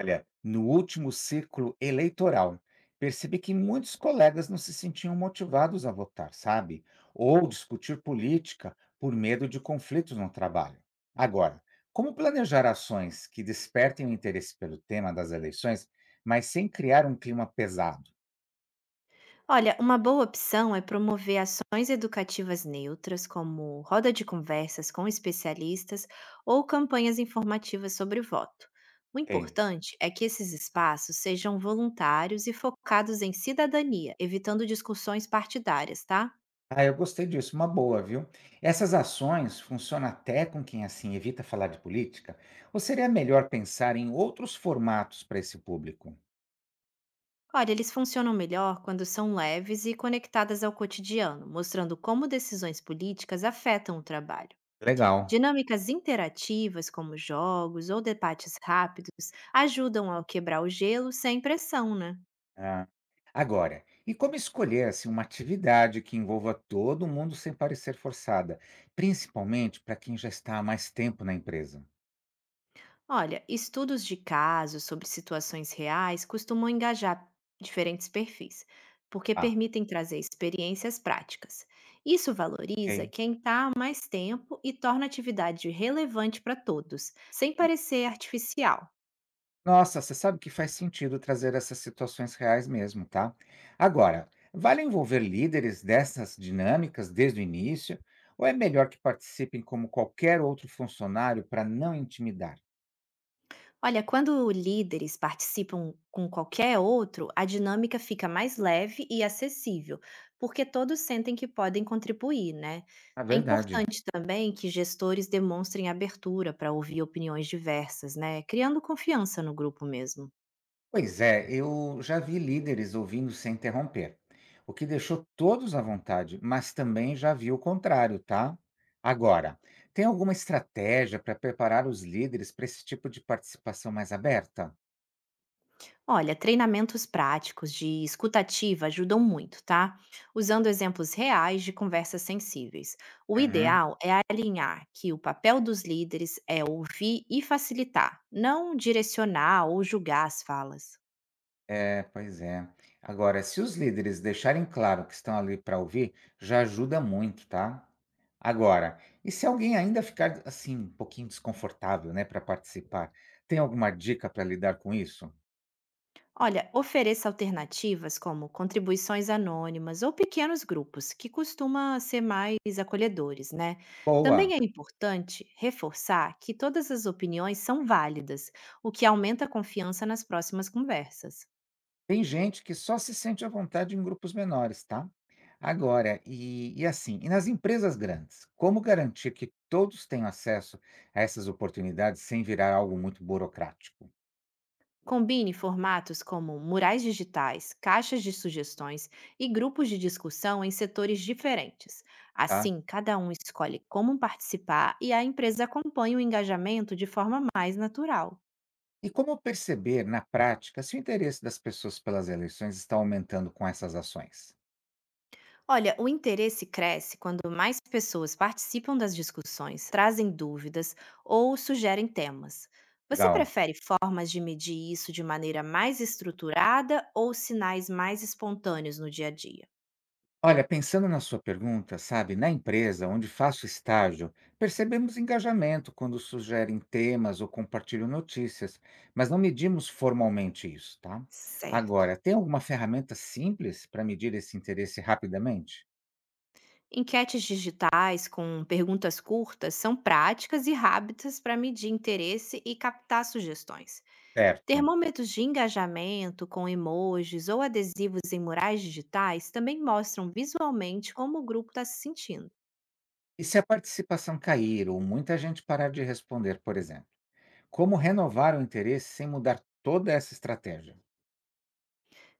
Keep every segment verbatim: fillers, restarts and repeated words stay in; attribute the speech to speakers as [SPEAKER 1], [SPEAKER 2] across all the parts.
[SPEAKER 1] Olha, no último ciclo eleitoral, percebi que muitos colegas não se sentiam motivados a votar, sabe? Ou discutir política por medo de conflitos no trabalho. Agora, como planejar ações que despertem o interesse pelo tema das eleições, mas sem criar um clima pesado?
[SPEAKER 2] Olha, uma boa opção é promover ações educativas neutras, como roda de conversas com especialistas ou campanhas informativas sobre o voto. O
[SPEAKER 1] Ei,
[SPEAKER 2] importante é que esses espaços sejam voluntários e focados em cidadania, evitando discussões partidárias, tá?
[SPEAKER 1] ah, eu gostei disso, uma boa, viu? Essas ações funcionam até com quem assim evita falar de política? Ou seria melhor pensar em outros formatos para esse público?
[SPEAKER 2] Olha, eles funcionam melhor quando são leves e conectadas ao cotidiano, mostrando como decisões políticas afetam o trabalho.
[SPEAKER 1] Legal.
[SPEAKER 2] Dinâmicas interativas, como jogos ou debates rápidos, ajudam a quebrar o gelo sem pressão, né?
[SPEAKER 1] Ah. Agora, e como escolher assim, uma atividade que envolva todo mundo sem parecer forçada, principalmente para quem já está há mais tempo na empresa?
[SPEAKER 2] Olha, estudos de casos sobre situações reais costumam engajar diferentes perfis, porque
[SPEAKER 1] Ah,
[SPEAKER 2] permitem trazer experiências práticas. Isso valoriza
[SPEAKER 1] ok.
[SPEAKER 2] quem está há mais tempo e torna a atividade relevante para todos, sem parecer artificial.
[SPEAKER 1] Nossa, você sabe que faz sentido trazer essas situações reais mesmo, tá? Agora, vale envolver líderes dessas dinâmicas desde o início, ou é melhor que participem como qualquer outro funcionário para não intimidar?
[SPEAKER 2] Olha, quando líderes participam com qualquer outro, a dinâmica fica mais leve e acessível, porque todos sentem que podem contribuir, né?
[SPEAKER 1] A
[SPEAKER 2] É
[SPEAKER 1] verdade.
[SPEAKER 2] importante também que gestores demonstrem abertura para ouvir opiniões diversas, né? Criando confiança no grupo mesmo.
[SPEAKER 1] Pois é, eu já vi líderes ouvindo sem interromper, o que deixou todos à vontade, mas também já vi o contrário, tá? Agora, tem alguma estratégia para preparar os líderes para esse tipo de participação mais aberta?
[SPEAKER 2] Olha, treinamentos práticos de escutativa ajudam muito, tá? Usando exemplos reais de conversas sensíveis. O
[SPEAKER 1] Uhum.
[SPEAKER 2] ideal é alinhar que o papel dos líderes é ouvir e facilitar, não direcionar ou julgar as falas.
[SPEAKER 1] É, pois é. Agora, se os líderes deixarem claro que estão ali para ouvir, já ajuda muito, tá? Agora, e se alguém ainda ficar assim, um pouquinho desconfortável, né, para participar, tem alguma dica para lidar com isso?
[SPEAKER 2] Olha, ofereça alternativas como contribuições anônimas ou pequenos grupos, que costuma ser mais acolhedores, né?
[SPEAKER 1] Boa!
[SPEAKER 2] Também é importante reforçar que todas as opiniões são válidas, o que aumenta a confiança nas próximas conversas.
[SPEAKER 1] Tem gente que só se sente à vontade em grupos menores, tá? Agora, e, e assim, e nas empresas grandes, como garantir que todos tenham acesso a essas oportunidades sem virar algo muito burocrático,
[SPEAKER 2] Combine formatos como murais digitais, caixas de sugestões e grupos de discussão em setores diferentes.
[SPEAKER 1] tá?
[SPEAKER 2] Assim, cada um escolhe como participar e a empresa acompanha o engajamento de forma mais natural.
[SPEAKER 1] E como perceber na prática se o interesse das pessoas pelas eleições está aumentando com essas ações?
[SPEAKER 2] Olha, o interesse cresce quando mais pessoas participam das discussões, trazem dúvidas ou sugerem temas. Você
[SPEAKER 1] Legal.
[SPEAKER 2] prefere formas de medir isso de maneira mais estruturada ou sinais mais espontâneos no dia a dia?
[SPEAKER 1] Olha, pensando na sua pergunta, sabe, na empresa onde faço estágio, percebemos engajamento quando sugerem temas ou compartilham notícias, mas não medimos formalmente isso, tá?
[SPEAKER 2] Certo.
[SPEAKER 1] Agora, tem alguma ferramenta simples para medir esse interesse rapidamente?
[SPEAKER 2] Enquetes digitais com perguntas curtas são práticas e rápidas para medir interesse e captar sugestões.
[SPEAKER 1] Certo.
[SPEAKER 2] Termômetros de engajamento com emojis ou adesivos em murais digitais também mostram visualmente como o grupo está se sentindo.
[SPEAKER 1] E se a participação cair ou muita gente parar de responder, por exemplo? Como renovar o interesse sem mudar toda essa estratégia?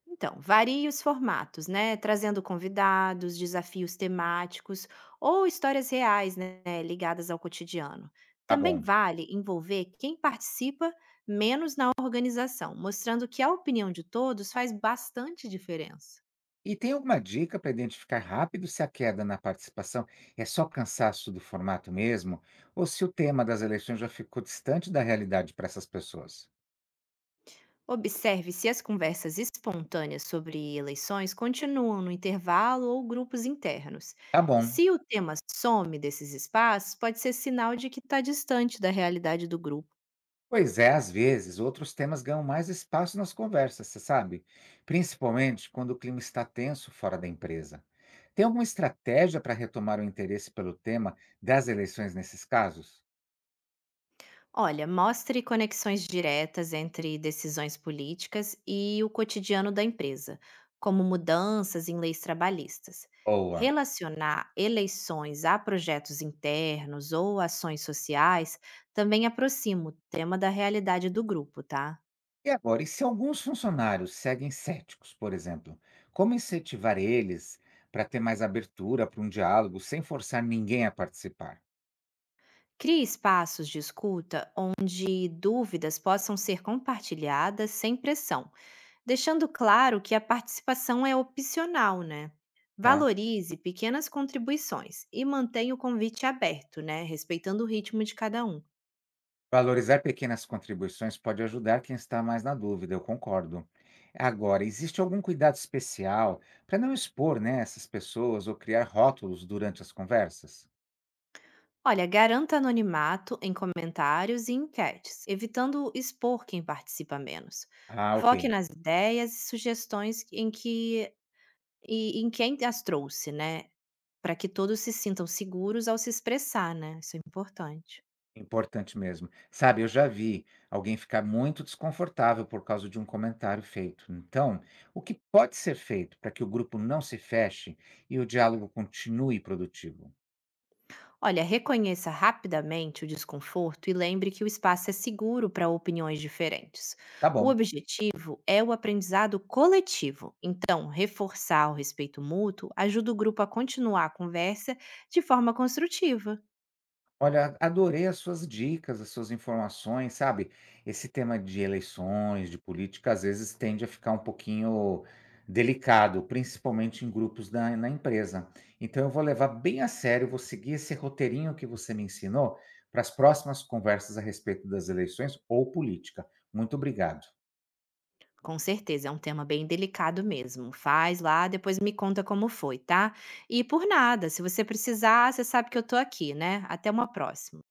[SPEAKER 2] Então, varie os formatos, né? Trazendo convidados, desafios temáticos ou histórias reais, né? Ligadas ao cotidiano.
[SPEAKER 1] Tá
[SPEAKER 2] Também
[SPEAKER 1] bom.
[SPEAKER 2] vale envolver quem participa menos na organização, mostrando que a opinião de todos faz bastante diferença.
[SPEAKER 1] E tem alguma dica para identificar rápido se a queda na participação é só cansaço do formato mesmo, ou se o tema das eleições já ficou distante da realidade para essas pessoas?
[SPEAKER 2] Observe se as conversas espontâneas sobre eleições continuam no intervalo ou grupos internos.
[SPEAKER 1] Tá bom.
[SPEAKER 2] Se o tema some desses espaços, pode ser sinal de que está distante da realidade do grupo.
[SPEAKER 1] Pois é, às vezes outros temas ganham mais espaço nas conversas, você sabe? Principalmente quando o clima está tenso fora da empresa. Tem alguma estratégia para retomar o interesse pelo tema das eleições nesses casos?
[SPEAKER 2] Olha, mostre conexões diretas entre decisões políticas e o cotidiano da empresa, como mudanças em leis trabalhistas.
[SPEAKER 1] Boa.
[SPEAKER 2] Relacionar eleições a projetos internos ou ações sociais também aproxima o tema da realidade do grupo, tá?
[SPEAKER 1] E agora, e se alguns funcionários seguem céticos, por exemplo, como incentivar eles para ter mais abertura para um diálogo sem forçar ninguém a participar,
[SPEAKER 2] Crie espaços de escuta onde dúvidas possam ser compartilhadas sem pressão, deixando claro que a participação é opcional, né?
[SPEAKER 1] tá?
[SPEAKER 2] Valorize pequenas contribuições e mantenha o convite aberto, né? Respeitando o ritmo de cada um.
[SPEAKER 1] Valorizar pequenas contribuições pode ajudar quem está mais na dúvida, eu concordo. Agora, existe algum cuidado especial para não expor, né, essas pessoas ou criar rótulos durante as conversas?
[SPEAKER 2] Olha, garanta anonimato em comentários e enquetes, evitando expor quem participa menos.
[SPEAKER 1] Ah,
[SPEAKER 2] Foque
[SPEAKER 1] ok.
[SPEAKER 2] nas ideias e sugestões em que e em quem as trouxe, né? Para que todos se sintam seguros ao se expressar, né, isso é importante.
[SPEAKER 1] Importante mesmo. Sabe, eu já vi alguém ficar muito desconfortável por causa de um comentário feito. Então, o que pode ser feito para que o grupo não se feche e o diálogo continue produtivo?
[SPEAKER 2] Olha, reconheça rapidamente o desconforto e lembre que o espaço é seguro para opiniões diferentes.
[SPEAKER 1] Tá
[SPEAKER 2] O
[SPEAKER 1] bom.
[SPEAKER 2] objetivo é o aprendizado coletivo, então reforçar o respeito mútuo ajuda o grupo a continuar a conversa de forma construtiva.
[SPEAKER 1] Olha, adorei as suas dicas, as suas informações, sabe? Esse tema de eleições, de política, às vezes tende a ficar um pouquinho delicado, principalmente em grupos da, na empresa. Então, eu vou levar bem a sério, vou seguir esse roteirinho que você me ensinou para as próximas conversas a respeito das eleições ou política. Muito obrigado.
[SPEAKER 2] Com certeza, é um tema bem delicado mesmo. Faz lá, depois me conta como foi, tá? E por nada, se você precisar, você sabe que eu tô aqui, né? Até uma próxima.